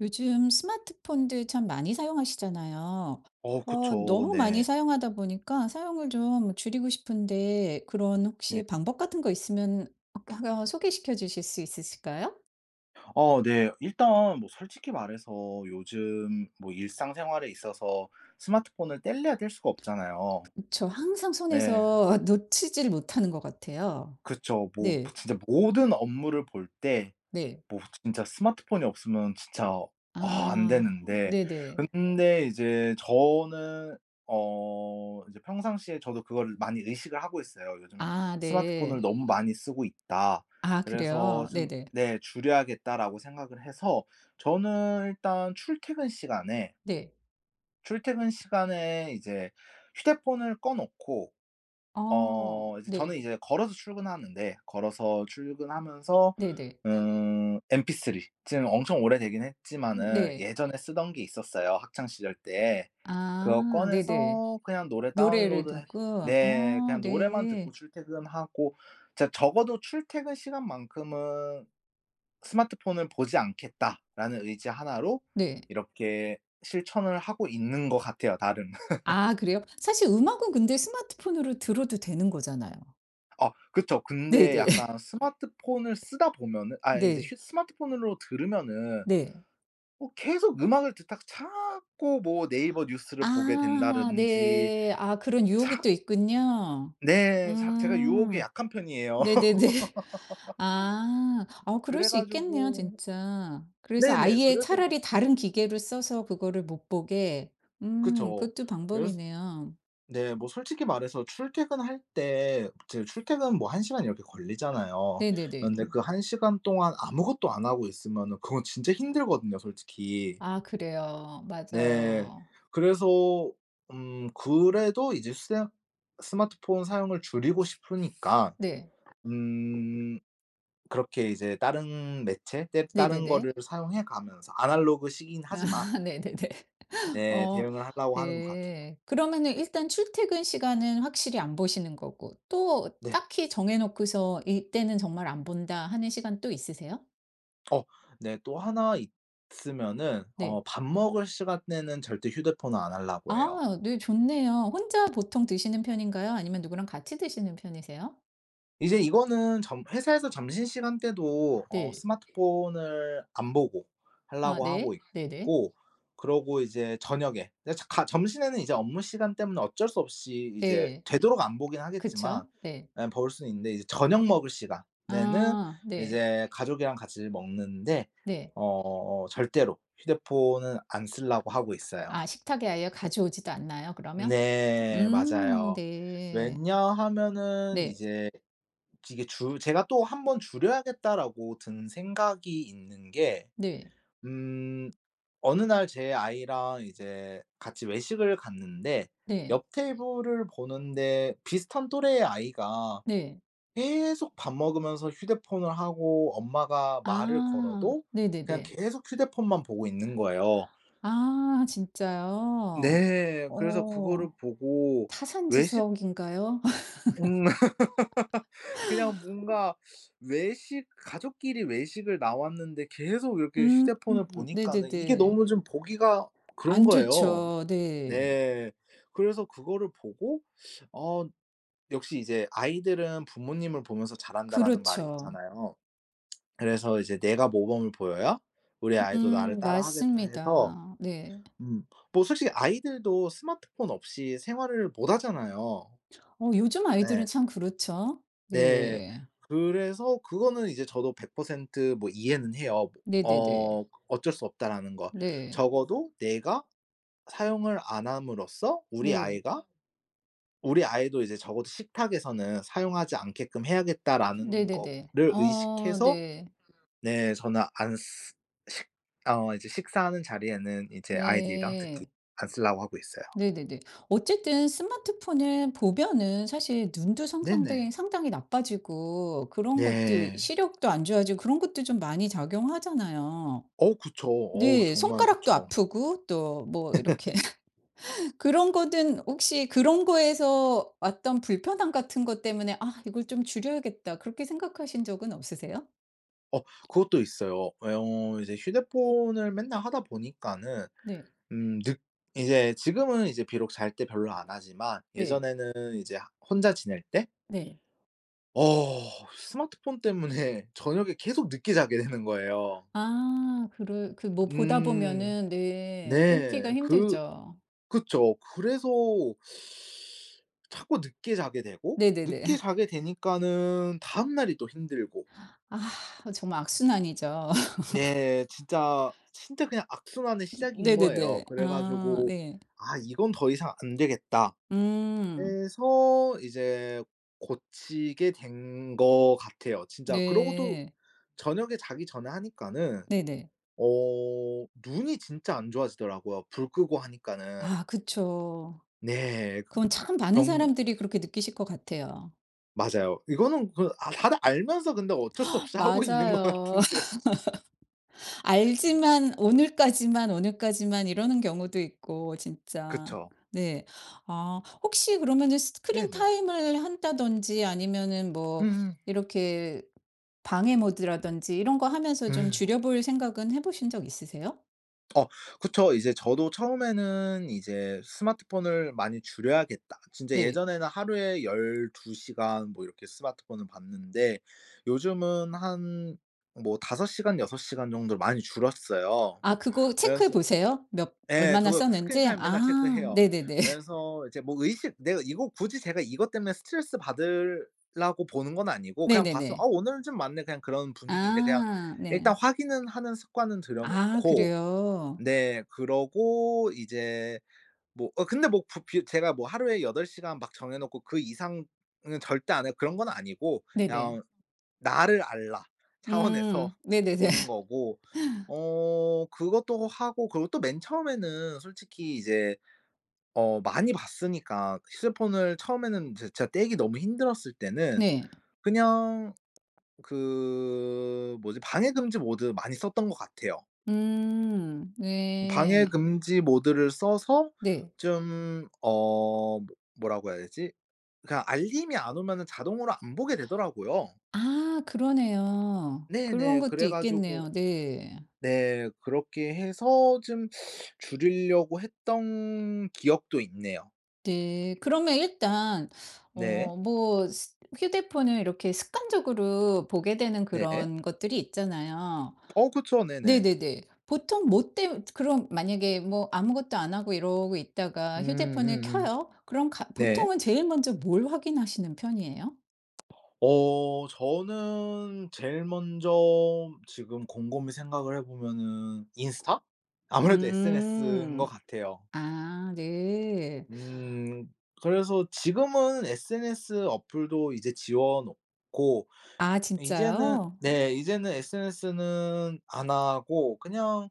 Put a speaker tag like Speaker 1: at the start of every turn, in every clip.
Speaker 1: 요즘 스마트폰들 참 많이 사용하시잖아요.
Speaker 2: 어 그쵸.
Speaker 1: 너무 많이
Speaker 2: 네.
Speaker 1: 사용하다 보니까 사용을 좀 줄이고 싶은데 그런
Speaker 2: 네.
Speaker 1: 혹시 방법 같은 거 있으면 하나 소개시켜 주실 수 있으실까요?
Speaker 2: 어 네. 일단 뭐 솔직히 말해서 요즘 뭐 일상생활에 있어서 스마트폰을 뗄래야 뗄 수가 없잖아요.
Speaker 1: 저 항상
Speaker 2: 네.
Speaker 1: 손에서 놓치질 못하는 것 같아요.
Speaker 2: 그쵸. 뭐
Speaker 1: 네,
Speaker 2: 진짜 모든 업무를 볼때
Speaker 1: 네.
Speaker 2: 뭐 진짜 스마트폰이 없으면 진짜 안
Speaker 1: 아,
Speaker 2: 되는데,
Speaker 1: 네네.
Speaker 2: 근데 이제 저는 이제 평상시에 저도 그거를 많이 의식을 하고 있어요. '요즘
Speaker 1: 아, 네.
Speaker 2: 스마트폰을 너무 많이 쓰고 있다.
Speaker 1: 아,
Speaker 2: 그래서
Speaker 1: 그래요?
Speaker 2: 좀
Speaker 1: 네네.
Speaker 2: 네 줄여야겠다.'라고 생각을 해서 저는 일단 출퇴근 시간에
Speaker 1: 네.
Speaker 2: 이제 휴대폰을 꺼 놓고
Speaker 1: 어,
Speaker 2: 이제 저는
Speaker 1: 네.
Speaker 2: 이제 걸어서 출근하는데, 걸어서 출근하면서
Speaker 1: 네네.
Speaker 2: MP3 지금 엄청 오래되긴 했지만은
Speaker 1: 네.
Speaker 2: 예전에 쓰던 게 있었어요, 학창 시절 때. 그거
Speaker 1: 아, 네네.
Speaker 2: 꺼내서 그냥 노래
Speaker 1: 노래를
Speaker 2: 다운로드해.
Speaker 1: 듣고.
Speaker 2: 네.
Speaker 1: 아,
Speaker 2: 그냥 노래만 듣고
Speaker 1: 네.
Speaker 2: 출퇴근하고 진짜 '적어도 출퇴근 시간만큼은 스마트폰을 보지 않겠다.'라는 의지 하나로
Speaker 1: 네.
Speaker 2: 이렇게 실천을 하고 있는 것 같아요, 나름.
Speaker 1: 아, 그래요? 사실 음악은 근데 스마트폰으로 들어도 되는 거잖아요.
Speaker 2: 아 그쵸.
Speaker 1: 네네.
Speaker 2: 근데
Speaker 1: 네.
Speaker 2: 약간 스마트폰을 쓰다 보면은 이제
Speaker 1: 네.
Speaker 2: 휴 스마트폰으로 들으면은
Speaker 1: 네.
Speaker 2: 계속 음악을 듣다가 자꾸 뭐 네이버 뉴스를 보게
Speaker 1: 아,
Speaker 2: 된다든지.
Speaker 1: 네. 아, 그런 유혹이
Speaker 2: 자
Speaker 1: 또 있군요.
Speaker 2: 네. 자 제가 유혹에
Speaker 1: 음.
Speaker 2: 약한 편이에요.
Speaker 1: 네네네. 아. 아, 어, 그럴
Speaker 2: 그래
Speaker 1: 수 있겠네요
Speaker 2: 가지고
Speaker 1: 진짜. 그래서
Speaker 2: 네네.
Speaker 1: 아예
Speaker 2: 그래서
Speaker 1: 차라리 다른 기계를 써서 그거를 못 보게. 음,
Speaker 2: 그쵸.
Speaker 1: 그것도
Speaker 2: 그래서
Speaker 1: 방법이네요.
Speaker 2: 네 뭐 솔직히 말해서 출퇴근할 때 이제 출퇴근 뭐 1 시간 이렇게 걸리잖아요.
Speaker 1: 네네네.
Speaker 2: 근데 그 1 시간 동안 아무것도 안 하고 있으면은 그건 진짜 힘들거든요 솔직히.
Speaker 1: 아, 그래요.
Speaker 2: 네.
Speaker 1: 맞아요.
Speaker 2: 그래서 그래도 이제 스 스마트폰 사용을 줄이고 싶으니까
Speaker 1: 네.
Speaker 2: 음 그렇게 이제 다른 매체 떼 다른 거를
Speaker 1: 네네네.
Speaker 2: 사용해 가면서 아날로그 시기긴
Speaker 1: 아
Speaker 2: 하지만
Speaker 1: 네네네.
Speaker 2: 네
Speaker 1: 어,
Speaker 2: 대응을 하려고 하는 것 같아요.
Speaker 1: 네. 그러면은 일단 출퇴근 시간은 확실히 안 보시는 거고, 또
Speaker 2: 네.
Speaker 1: 딱히 정해 놓고서 '이때는 정말 안 본다.' 하는 시간 또 있으세요?
Speaker 2: 어 네 또 하나 있으면은
Speaker 1: 네.
Speaker 2: 밥 먹을 시간에는 절대 휴대폰을 안 하려고 해요.
Speaker 1: 아, 네, 좋네요. 혼자 보통 드시는 편인가요? 아니면 누구랑 같이 드시는 편이세요?
Speaker 2: 이제 이거는 점 회사에서 점심시간 때도
Speaker 1: 네.
Speaker 2: 스마트폰을 안 보고
Speaker 1: 아,
Speaker 2: 하려고 하고
Speaker 1: 네. 네네.
Speaker 2: 있고, 그러고 이제 저녁에 이제 저 가 점심에는 이제 업무 시간 때문에 어쩔 수 없이 이제
Speaker 1: 네.
Speaker 2: 되도록 안 보긴 하겠지만
Speaker 1: 그쵸. 네.
Speaker 2: 예 볼 수는 있는데, 이제 저녁 먹을 시간에는
Speaker 1: 아, 네.
Speaker 2: 이제 가족이랑 같이 먹는데
Speaker 1: 네.
Speaker 2: 절대로 휴대폰은 안 쓰려고 하고 있어요.
Speaker 1: 아, 식탁에 아예 가져오지도 않나요, 그러면?
Speaker 2: 네
Speaker 1: 음,
Speaker 2: 맞아요.
Speaker 1: 네.
Speaker 2: 왜냐하면은
Speaker 1: 네.
Speaker 2: 이제 이게 줄 제가 또 '한 번 줄여야겠다.'라고 든 생각이 있는 게
Speaker 1: 네.
Speaker 2: 음 어느 날 제 아이랑 이제 같이 외식을 갔는데,
Speaker 1: 네.
Speaker 2: 옆 테이블을 보는데 비슷한 또래의 아이가
Speaker 1: 네.
Speaker 2: 계속 밥 먹으면서 휴대폰을 하고 엄마가 말을
Speaker 1: 아.
Speaker 2: 걸어도 그냥
Speaker 1: 네네네.
Speaker 2: 계속 휴대폰만 보고 있는 거예요.
Speaker 1: 아, 진짜요?
Speaker 2: 네. 그래서 그거를
Speaker 1: 어.
Speaker 2: 보고 외식
Speaker 1: 타산지석인가요?
Speaker 2: 음. 그냥 뭔가 외식 가족끼리 외식을 나왔는데 계속 이렇게
Speaker 1: 음.
Speaker 2: 휴대폰을 보니까는 이게
Speaker 1: 네네네.
Speaker 2: 너무 좀 보기가 그런
Speaker 1: 안
Speaker 2: 거예요. 음.
Speaker 1: 좋죠. 네.
Speaker 2: 네. 그래서 그거를 보고 어 역시 이제 "아이들은 부모님을 보면서 자란다."라는 말이
Speaker 1: 그렇죠.
Speaker 2: 있잖아요. 그래서 이제 내가 모범을 보여야 우리 아이도 나를
Speaker 1: 음,
Speaker 2: 따라하겠다 해서
Speaker 1: 맞습니다. 네.
Speaker 2: 음 뭐 솔직히 아이들도 스마트폰 없이 생활을 못 하잖아요.
Speaker 1: 요즘
Speaker 2: 예.
Speaker 1: 아이들은 참 그렇죠.
Speaker 2: 네.
Speaker 1: 네.
Speaker 2: 그래서 그거는 이제 저도 100%뭐 이해는 해요.
Speaker 1: 네네네.
Speaker 2: 어 어쩔 수 없다라는 거.
Speaker 1: 네.
Speaker 2: 적어도 내가 사용을 안 함으로써
Speaker 1: 네.
Speaker 2: 우리 아이도 이제 적어도 '식탁에서는 사용하지 않게끔 해야겠다.'라는
Speaker 1: 네네네.
Speaker 2: 거를
Speaker 1: 어,
Speaker 2: 의식해서
Speaker 1: 네.
Speaker 2: 네 저는 안 쓰 식 이제 식사하는 자리에는 이제 아이들이랑 특히
Speaker 1: 네.
Speaker 2: 안 쓰려고 하고 있어요.
Speaker 1: 네네네. 어쨌든 스마트폰을 보면은 사실 눈도
Speaker 2: 네네.
Speaker 1: 상상되 상당히 나빠지고, 그런 것들
Speaker 2: 네.
Speaker 1: 시력도 안 좋아지고 그런 것도 좀 많이 작용하잖아요.
Speaker 2: 어 그쵸. 어우
Speaker 1: 네.
Speaker 2: 정말
Speaker 1: 손가락도
Speaker 2: 그쵸.
Speaker 1: 아프고 또 뭐 이렇게. 그런 거는 혹시 그런 거에서 왔던 불편함 같은 것 때문에 '아 이걸 좀 줄여야겠다.' 그렇게 생각하신 적은 없으세요?
Speaker 2: 어 그것도 있어요. 예 어 이제 휴대폰을 맨날 하다 보니까는
Speaker 1: 네.
Speaker 2: 늦 이제 지금은 이제 비록 잘 때 별로 안 하지만
Speaker 1: 네.
Speaker 2: 예전에는 이제 혼자 지낼 때
Speaker 1: 네.
Speaker 2: 어 스마트폰 때문에 저녁에 계속 늦게 자게 되는 거예요.
Speaker 1: 아, 그럴, 그 뭐 보다
Speaker 2: 음.
Speaker 1: 보면은 네, 끊기가
Speaker 2: 네.
Speaker 1: 힘들죠.
Speaker 2: 그쵸. 그래서 자꾸 늦게 자게 되고
Speaker 1: 네네네.
Speaker 2: 늦게 자게 되니까는 다음날이 또 힘들고.
Speaker 1: 아, 어, 정말 악순환이죠.
Speaker 2: 네. 진짜, 진짜 그냥 악순환의 시작인 거예요.
Speaker 1: 네네네.
Speaker 2: 그래
Speaker 1: 아,
Speaker 2: 가지고
Speaker 1: 네.
Speaker 2: '아 이건 더 이상 안 되겠다.'
Speaker 1: 음.
Speaker 2: 해서 이제 고치게 된 것 같아요. 진짜 그러고 또
Speaker 1: 네.
Speaker 2: 저녁에 자기 전에 하니까는
Speaker 1: 네네.
Speaker 2: 눈이 진짜 안 좋아지더라고요, 불 끄고 하니까는.
Speaker 1: 아, 그쵸.
Speaker 2: 네. 그
Speaker 1: 그건 참 많은
Speaker 2: 그런
Speaker 1: 사람들이 그렇게 느끼실 것 같아요.
Speaker 2: 맞아요. 이거는 다들 알면서 근데 어쩔 수 없이 하고 있는 것
Speaker 1: 맞아요.
Speaker 2: 같은데요.
Speaker 1: 알지만 오늘까지만, 오늘까지만 이러는 경우도 있고 진짜.
Speaker 2: 그쵸.
Speaker 1: 네. 아, 혹시 그러면은 스크린
Speaker 2: 네네.
Speaker 1: 타임을 한다든지 아니면은 뭐
Speaker 2: 음음.
Speaker 1: 이렇게 방해 모드라든지 이런 거 하면서
Speaker 2: 음.
Speaker 1: 좀 줄여 볼 생각은 해 보신 적 있으세요?
Speaker 2: 어 그쵸. 이제 저도 처음에는 이제 '스마트폰을 많이 줄여야겠다.' 진짜
Speaker 1: 네.
Speaker 2: 예전에는 하루에 12 시간 뭐 이렇게 스마트폰을 봤는데 요즘은 한 뭐 5 시간, 6 시간 정도로 많이 줄었어요.
Speaker 1: 아, 그거 체크해
Speaker 2: 그래서
Speaker 1: 보세요? 몇
Speaker 2: 예
Speaker 1: 얼마나
Speaker 2: 저도 그 스크린
Speaker 1: 썼는지?
Speaker 2: 타임 맨날
Speaker 1: 아,
Speaker 2: 체크해요.
Speaker 1: 네네네.
Speaker 2: 그래서 이제 뭐 의식 내가 이거 굳이 제가 이것 때문에 스트레스 받으려고 보는 건 아니고 그냥 봤으면 '아
Speaker 1: 네네네.
Speaker 2: 오늘은 좀 많네.' 그냥 그런 분위기인데 그냥
Speaker 1: 아, 네.
Speaker 2: 일단 확인은 하는 습관은 들여
Speaker 1: 아,
Speaker 2: 놓고.
Speaker 1: 그래요?
Speaker 2: 네. 그러고 이제 뭐 근데 뭐 부 비 제가 뭐 하루에 8 시간 막 정해 놓고 그 이상은 절대 안 해요. 그런 건 아니고
Speaker 1: 네네.
Speaker 2: 그냥 나를 알라 차원에서
Speaker 1: 음, 네네네.
Speaker 2: 보는 거고, 어 그것도 하고. 그리고 또 맨 처음에는 솔직히 이제 많이 봤으니까 휴대폰을 처음에는 제 진짜 떼기 너무 힘들었을 때는
Speaker 1: 네.
Speaker 2: 그냥 그 뭐지 방해 금지 모드 많이 썼던 것 같아요.
Speaker 1: 음,
Speaker 2: 방해
Speaker 1: 네.
Speaker 2: 금지 모드를 써서
Speaker 1: 네.
Speaker 2: 좀 뭐라고 해야 되지? 그냥 알림이 안 오면은 자동으로 안 보게 되더라고요.
Speaker 1: 아, 그러네요. 그런
Speaker 2: 네네.
Speaker 1: 것도
Speaker 2: 그래 가지고
Speaker 1: 있겠네요. 네.
Speaker 2: 네 그렇게 해서 좀 줄이려고 했던 기억도 있네요.
Speaker 1: 네. 그러면 일단
Speaker 2: 네.
Speaker 1: 뭐 스 휴대폰을 이렇게 습관적으로 보게 되는
Speaker 2: 네.
Speaker 1: 그런 것들이 있잖아요.
Speaker 2: 어 그쵸. 네네.
Speaker 1: 네네네. 보통 뭐 때문, 그럼 만약에 뭐 아무것도 안 하고 이러고 있다가 휴대폰을
Speaker 2: 음음음.
Speaker 1: 켜요? 그럼 가
Speaker 2: 네.
Speaker 1: 보통은 제일 먼저 뭘 확인하시는 편이에요?
Speaker 2: 어 저는 제일 먼저 지금 곰곰이 생각을 해 보면은 인스타? 아무래도 SNS인 것
Speaker 1: 음.
Speaker 2: 같아요.
Speaker 1: 아, 네.
Speaker 2: 음. 그래서 지금은 SNS 어플도 이제 지워 놓고
Speaker 1: 아,
Speaker 2: 이제는
Speaker 1: 진짜요?
Speaker 2: 네 이제는 SNS는 안 하고 그냥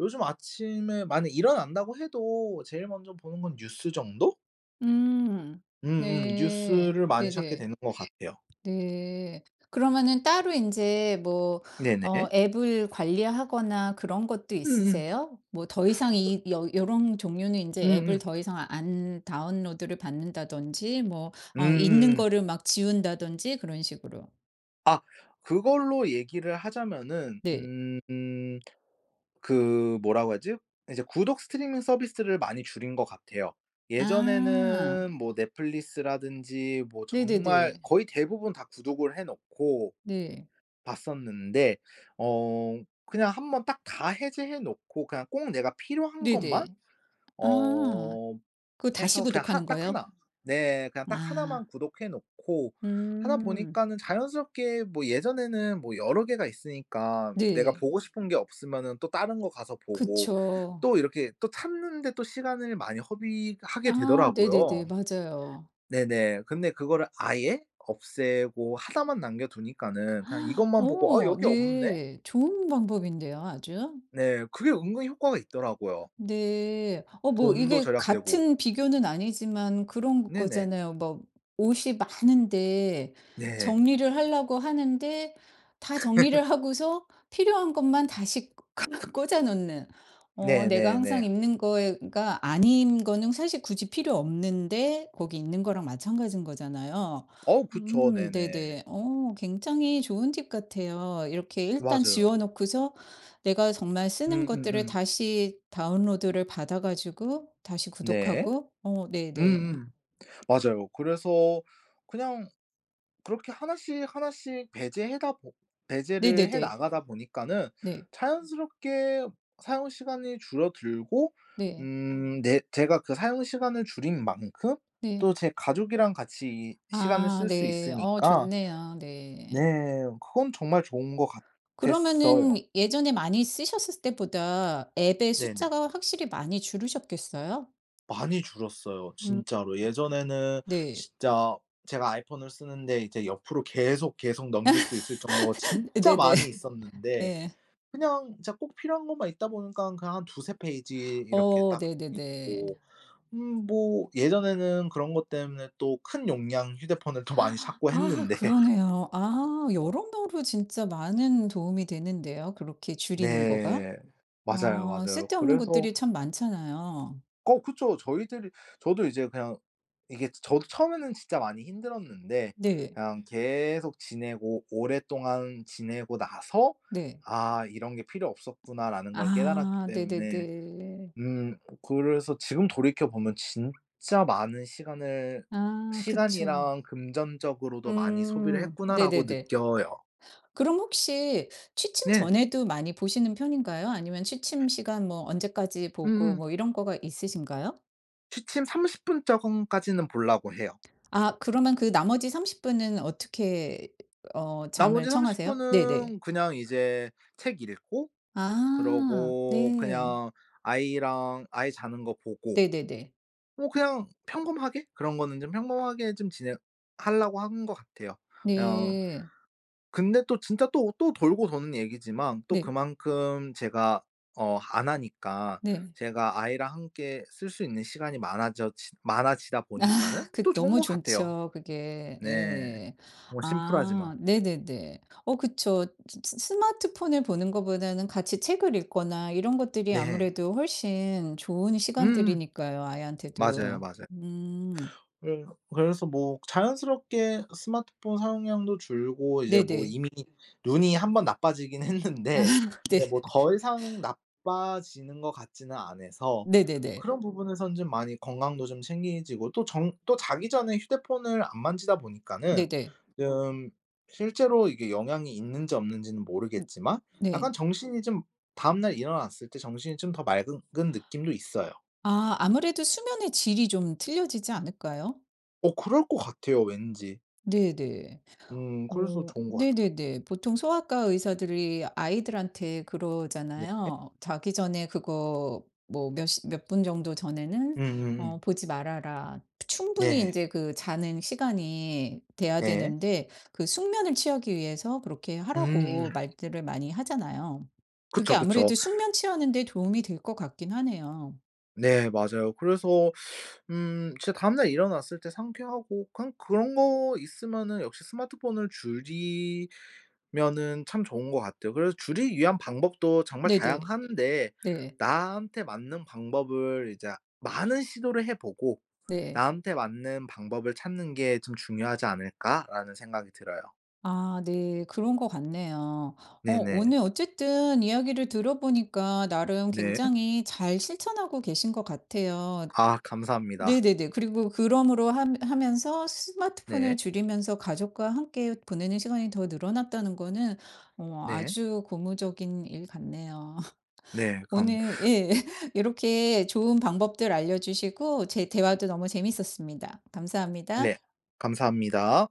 Speaker 2: 요즘 아침에 만약 일어난다고 해도 제일 먼저 보는 건 뉴스 정도?
Speaker 1: 음.
Speaker 2: 음음.
Speaker 1: 네.
Speaker 2: 뉴스를 많이 찾게
Speaker 1: 네네.
Speaker 2: 되는 것 같아요.
Speaker 1: 네. 그러면은 따로 인제 뭐
Speaker 2: 네네.
Speaker 1: 앱을 관리하거나 그런 것도
Speaker 2: 음 음.
Speaker 1: 있으세요? 뭐 더 이상 이 여 요런 종류는 인제 앱을
Speaker 2: 음음.
Speaker 1: 더 이상 안 다운로드를 받는다든지, 뭐 있는
Speaker 2: 음음음.
Speaker 1: 거를 막 지운다든지 그런 식으로.
Speaker 2: 아 그걸로 얘기를 하자면은
Speaker 1: 네.
Speaker 2: 그 뭐라고 하지? 이제 구독 스트리밍 서비스를 많이 줄인 것 같아요.
Speaker 1: 아.
Speaker 2: 예전에는 뭐 넷플릭스라든지 뭐 정말
Speaker 1: 네네네.
Speaker 2: 거의 대부분 다 구독을 해 놓고
Speaker 1: 네.
Speaker 2: 봤었는데 어 그냥 한번 딱 다 해제해 놓고 그냥 꼭 내가 필요한 것만
Speaker 1: 네네. 아.
Speaker 2: 어
Speaker 1: 그거 다시
Speaker 2: 해서 그냥
Speaker 1: 구독하는
Speaker 2: 하 딱
Speaker 1: 거예요?
Speaker 2: 1 네 그냥 딱나
Speaker 1: 아.
Speaker 2: 만 구독해 놓고 하다
Speaker 1: 음.
Speaker 2: 보니까는 자연스럽게 뭐 예전에는 뭐 여러 개가 있으니까 내가
Speaker 1: 네.
Speaker 2: 보고 싶은 게 없으면은 또 다른 거 가서 보고
Speaker 1: 그쵸.
Speaker 2: 또 이렇게 또 찾는 데 또 시간을 많이 허비하게
Speaker 1: 아, 네네네.
Speaker 2: 되더라고요.
Speaker 1: 맞아요.
Speaker 2: 네네. 근데 그거를 아예 없애고 하나만 남겨 두니까는 그냥 이것만 보고 '아
Speaker 1: 어,
Speaker 2: 여기 없네?'
Speaker 1: 네. 좋은 방법인데요, 아주.
Speaker 2: 네. 그게 은근 효과가 있더라고요.
Speaker 1: 네. 어, 뭐
Speaker 2: 돈도
Speaker 1: 이게
Speaker 2: 절약되고.
Speaker 1: 같은 비교는 아니지만 그런
Speaker 2: 네네.
Speaker 1: 거잖아요. 뭐 옷이 많은데
Speaker 2: 네.
Speaker 1: 정리를 하려고 하는데 다 정리를 하고서 필요한 것만 다시 꽂아 놓는. 어, 내가 항상
Speaker 2: 네네네.
Speaker 1: 입는 거가 아닌 거는 사실 굳이 필요 없는데 거기 있는 거랑 마찬가지인 거잖아요.
Speaker 2: 어 그쵸.
Speaker 1: 음,
Speaker 2: 네네.
Speaker 1: 네네. 어, 굉장히 좋은 팁 같아요. 이렇게 일단
Speaker 2: 맞아요.
Speaker 1: 지워 놓고서 내가 정말 쓰는 것들을
Speaker 2: 음음음.
Speaker 1: 다시 다운로드를 받아 가지고 다시
Speaker 2: 네.
Speaker 1: 구독하고. 어, 네네.
Speaker 2: 음음. 맞아요. 그래서 그냥 그렇게 하나씩 하나씩 배제해다 보 배제를 해
Speaker 1: 네네네.
Speaker 2: 나가다 보니까는
Speaker 1: 네. 네.
Speaker 2: 자연스럽게 사용 시간이 줄어들고
Speaker 1: 네.
Speaker 2: 네 제가 그 사용 시간을 줄인 만큼
Speaker 1: 네, 네,
Speaker 2: 또
Speaker 1: 네.
Speaker 2: 제 가족이랑 같이 이 시간을
Speaker 1: 아,
Speaker 2: 쓸 수
Speaker 1: 네. 어,
Speaker 2: 있으니까
Speaker 1: 좋네요.
Speaker 2: 네
Speaker 1: 네.
Speaker 2: 그건 정말 좋은 것
Speaker 1: 그러면은
Speaker 2: 같았어요.
Speaker 1: 예전에 많이 쓰셨을 때보다 앱의
Speaker 2: 네네.
Speaker 1: 숫자가 확실히 많이 줄으셨겠어요?
Speaker 2: 많이 줄었어요
Speaker 1: 음.
Speaker 2: 진짜로. 예전에는
Speaker 1: 네.
Speaker 2: 진짜 제가 아이폰을 쓰는데 이제 옆으로 계속, 계속 넘길 수 있을 정도가 진짜
Speaker 1: 네네.
Speaker 2: 많이 있었는데,
Speaker 1: 네.
Speaker 2: 그냥 진짜 꼭 필요한 것만 있다 보니까 그냥 한 두세 페이지 이렇게
Speaker 1: 어,
Speaker 2: 딱
Speaker 1: 네네네.
Speaker 2: 있고. 뭐 예전에는 그런 것 때문에 또 큰 용량 휴대폰을 더 많이 찾고
Speaker 1: 아,
Speaker 2: 했는데.
Speaker 1: 그러네요. 아, 여러모로 진짜 많은 도움이 되는데요, 그렇게 줄이는 거가.
Speaker 2: 네. 맞아요, 맞아요.
Speaker 1: 쓸데없는
Speaker 2: 그래서
Speaker 1: 것들이 참 많잖아요.
Speaker 2: 어 그쵸. 저희들이 저도 이제 그냥 이게 저도 처음에는 진짜 많이 힘들었는데
Speaker 1: 네.
Speaker 2: 그냥 계속 지내고 오랫동안 지내고 나서
Speaker 1: 네.
Speaker 2: '아 이런 게 필요 없었구나.'라는 걸 깨달았기
Speaker 1: 아,
Speaker 2: 때문에
Speaker 1: 네네네.
Speaker 2: 음 그래서 지금 돌이켜 보면 진짜 많은 시간을
Speaker 1: 아, 그쵸.
Speaker 2: '시간이랑 금전적으로도 많이 소비를
Speaker 1: 음,
Speaker 2: 했구나.'라고
Speaker 1: 네네네.
Speaker 2: 느껴요.
Speaker 1: 그럼 혹시 취침
Speaker 2: 네.
Speaker 1: 전에도 많이 보시는 편인가요? 아니면 취침 시간 뭐 언제까지 보고
Speaker 2: 음음.
Speaker 1: 뭐 이런 거가 있으신가요?
Speaker 2: 취침 30분 정도까지는 보려고 해요.
Speaker 1: 아, 그러면 그 나머지 30분 분은 어떻게 잠을
Speaker 2: 나머지 30
Speaker 1: 청하세요? 네네.
Speaker 2: 분은 그냥 이제 책 읽고,
Speaker 1: 아,
Speaker 2: 그러고
Speaker 1: 네.
Speaker 2: 그냥 아이랑 아이 자는 거 보고
Speaker 1: 네네네.
Speaker 2: 뭐 그냥 평범하게 그런 거는 좀 평범하게 좀 진행하려고 한 것 같아요. 그냥
Speaker 1: 네.
Speaker 2: 근데 또 진짜 또 또 돌고 도는 얘기지만 또
Speaker 1: 네.
Speaker 2: 그만큼 제가 안 하니까
Speaker 1: 네.
Speaker 2: 제가 아이랑 함께 쓸 수 있는 시간이 많아져 지 많아지다 보니까는
Speaker 1: 그
Speaker 2: 또 좋은
Speaker 1: 너무
Speaker 2: 것 같아요.
Speaker 1: 좋죠 그게.
Speaker 2: 네.
Speaker 1: 예.
Speaker 2: 정말 심플하지만.
Speaker 1: 아, 네네네. 어, 그쵸. 스, 스마트폰을 보는 것보다는 같이 책을 읽거나 이런 것들이
Speaker 2: 네.
Speaker 1: 아무래도 훨씬 좋은
Speaker 2: 음 음.
Speaker 1: 시간들이니까요,
Speaker 2: 맞아요,
Speaker 1: 아이한테도.
Speaker 2: 맞아요.
Speaker 1: 음,
Speaker 2: 예. 그래서 뭐 자연스럽게 스마트폰 사용량도 줄고 이제 뭐
Speaker 1: 네네.
Speaker 2: 이미 눈이 한번 나빠지긴 했는데
Speaker 1: 네.
Speaker 2: 근데 뭐 더 이상 나빠지는 것 같지는 않아서
Speaker 1: 네네네.
Speaker 2: 그런 부분에선 좀 많이 건강도 좀 챙기지고, 또 정 또 자기 전에 휴대폰을 안 만지다 보니까는
Speaker 1: 네네.
Speaker 2: 좀 실제로 이게 영향이 있는지 없는지는
Speaker 1: 음,
Speaker 2: 모르겠지만
Speaker 1: 네.
Speaker 2: 약간 정신이 좀 다음날 일어났을 때 정신이 좀 더 맑은 느낌도 있어요.
Speaker 1: 아, 아무래도 수면의 질이 좀 틀려지지 않을까요?
Speaker 2: 어 그럴 것 같아요 왠지.
Speaker 1: 네네.
Speaker 2: 그래서
Speaker 1: 어,
Speaker 2: 좋은 것 같아요.
Speaker 1: 네네네. 보통 소아과 의사들이 아이들한테
Speaker 2: 네.
Speaker 1: 그러잖아요. "자기 전에 그거 뭐 몇 분 정도 전에는
Speaker 2: 음음음.
Speaker 1: 어 보지 말아라." 충분히 이
Speaker 2: 네.
Speaker 1: 제 그 자는 시간이 돼야
Speaker 2: 네.
Speaker 1: 되는데, 그 숙면을 취하기 위해서 그렇게
Speaker 2: 음음.
Speaker 1: 하라고 말들을 많이 하잖아요. 그게
Speaker 2: 그쵸, 그쵸.
Speaker 1: 아무래도 숙면 취하는 데 도움이 될 것 같긴 하네요.
Speaker 2: 네 맞아요. 그래서 진짜 다음날 일어났을 때 상쾌하고 그냥 그런 거 있으면은 역시 스마트폰을 줄이면은 참 좋은 것 같아요. 그래서 줄이기 위한 방법도 정말
Speaker 1: 네네.
Speaker 2: 다양한데
Speaker 1: 네.
Speaker 2: 나한테 맞는 방법을 이제 많은 시도를 해 보고
Speaker 1: 네.
Speaker 2: '나한테 맞는 방법을 찾는 게 좀 중요하지 않을까?'라는 생각이 들어요.
Speaker 1: 아, 네. 그런 것 같네요.
Speaker 2: 네네.
Speaker 1: 오늘 어쨌든 이야기를 들어보니까 나름
Speaker 2: 네.
Speaker 1: 굉장히 잘 실천하고 계신 것 같아요.
Speaker 2: 아 감사합니다.
Speaker 1: 네네네. 그리고 그러므로 하면서, 스마트폰을
Speaker 2: 네.
Speaker 1: 줄이면서 가족과 함께 보내는 시간이 더 늘어났다는 거는
Speaker 2: 네.
Speaker 1: 아주 고무적인 일 같네요.
Speaker 2: 네. 감
Speaker 1: 오늘 예 이렇게 좋은 방법들 알려 주시고 제 대화도 너무 재밌었습니다.
Speaker 2: 네.
Speaker 1: 감사합니다.
Speaker 2: 감사합니다.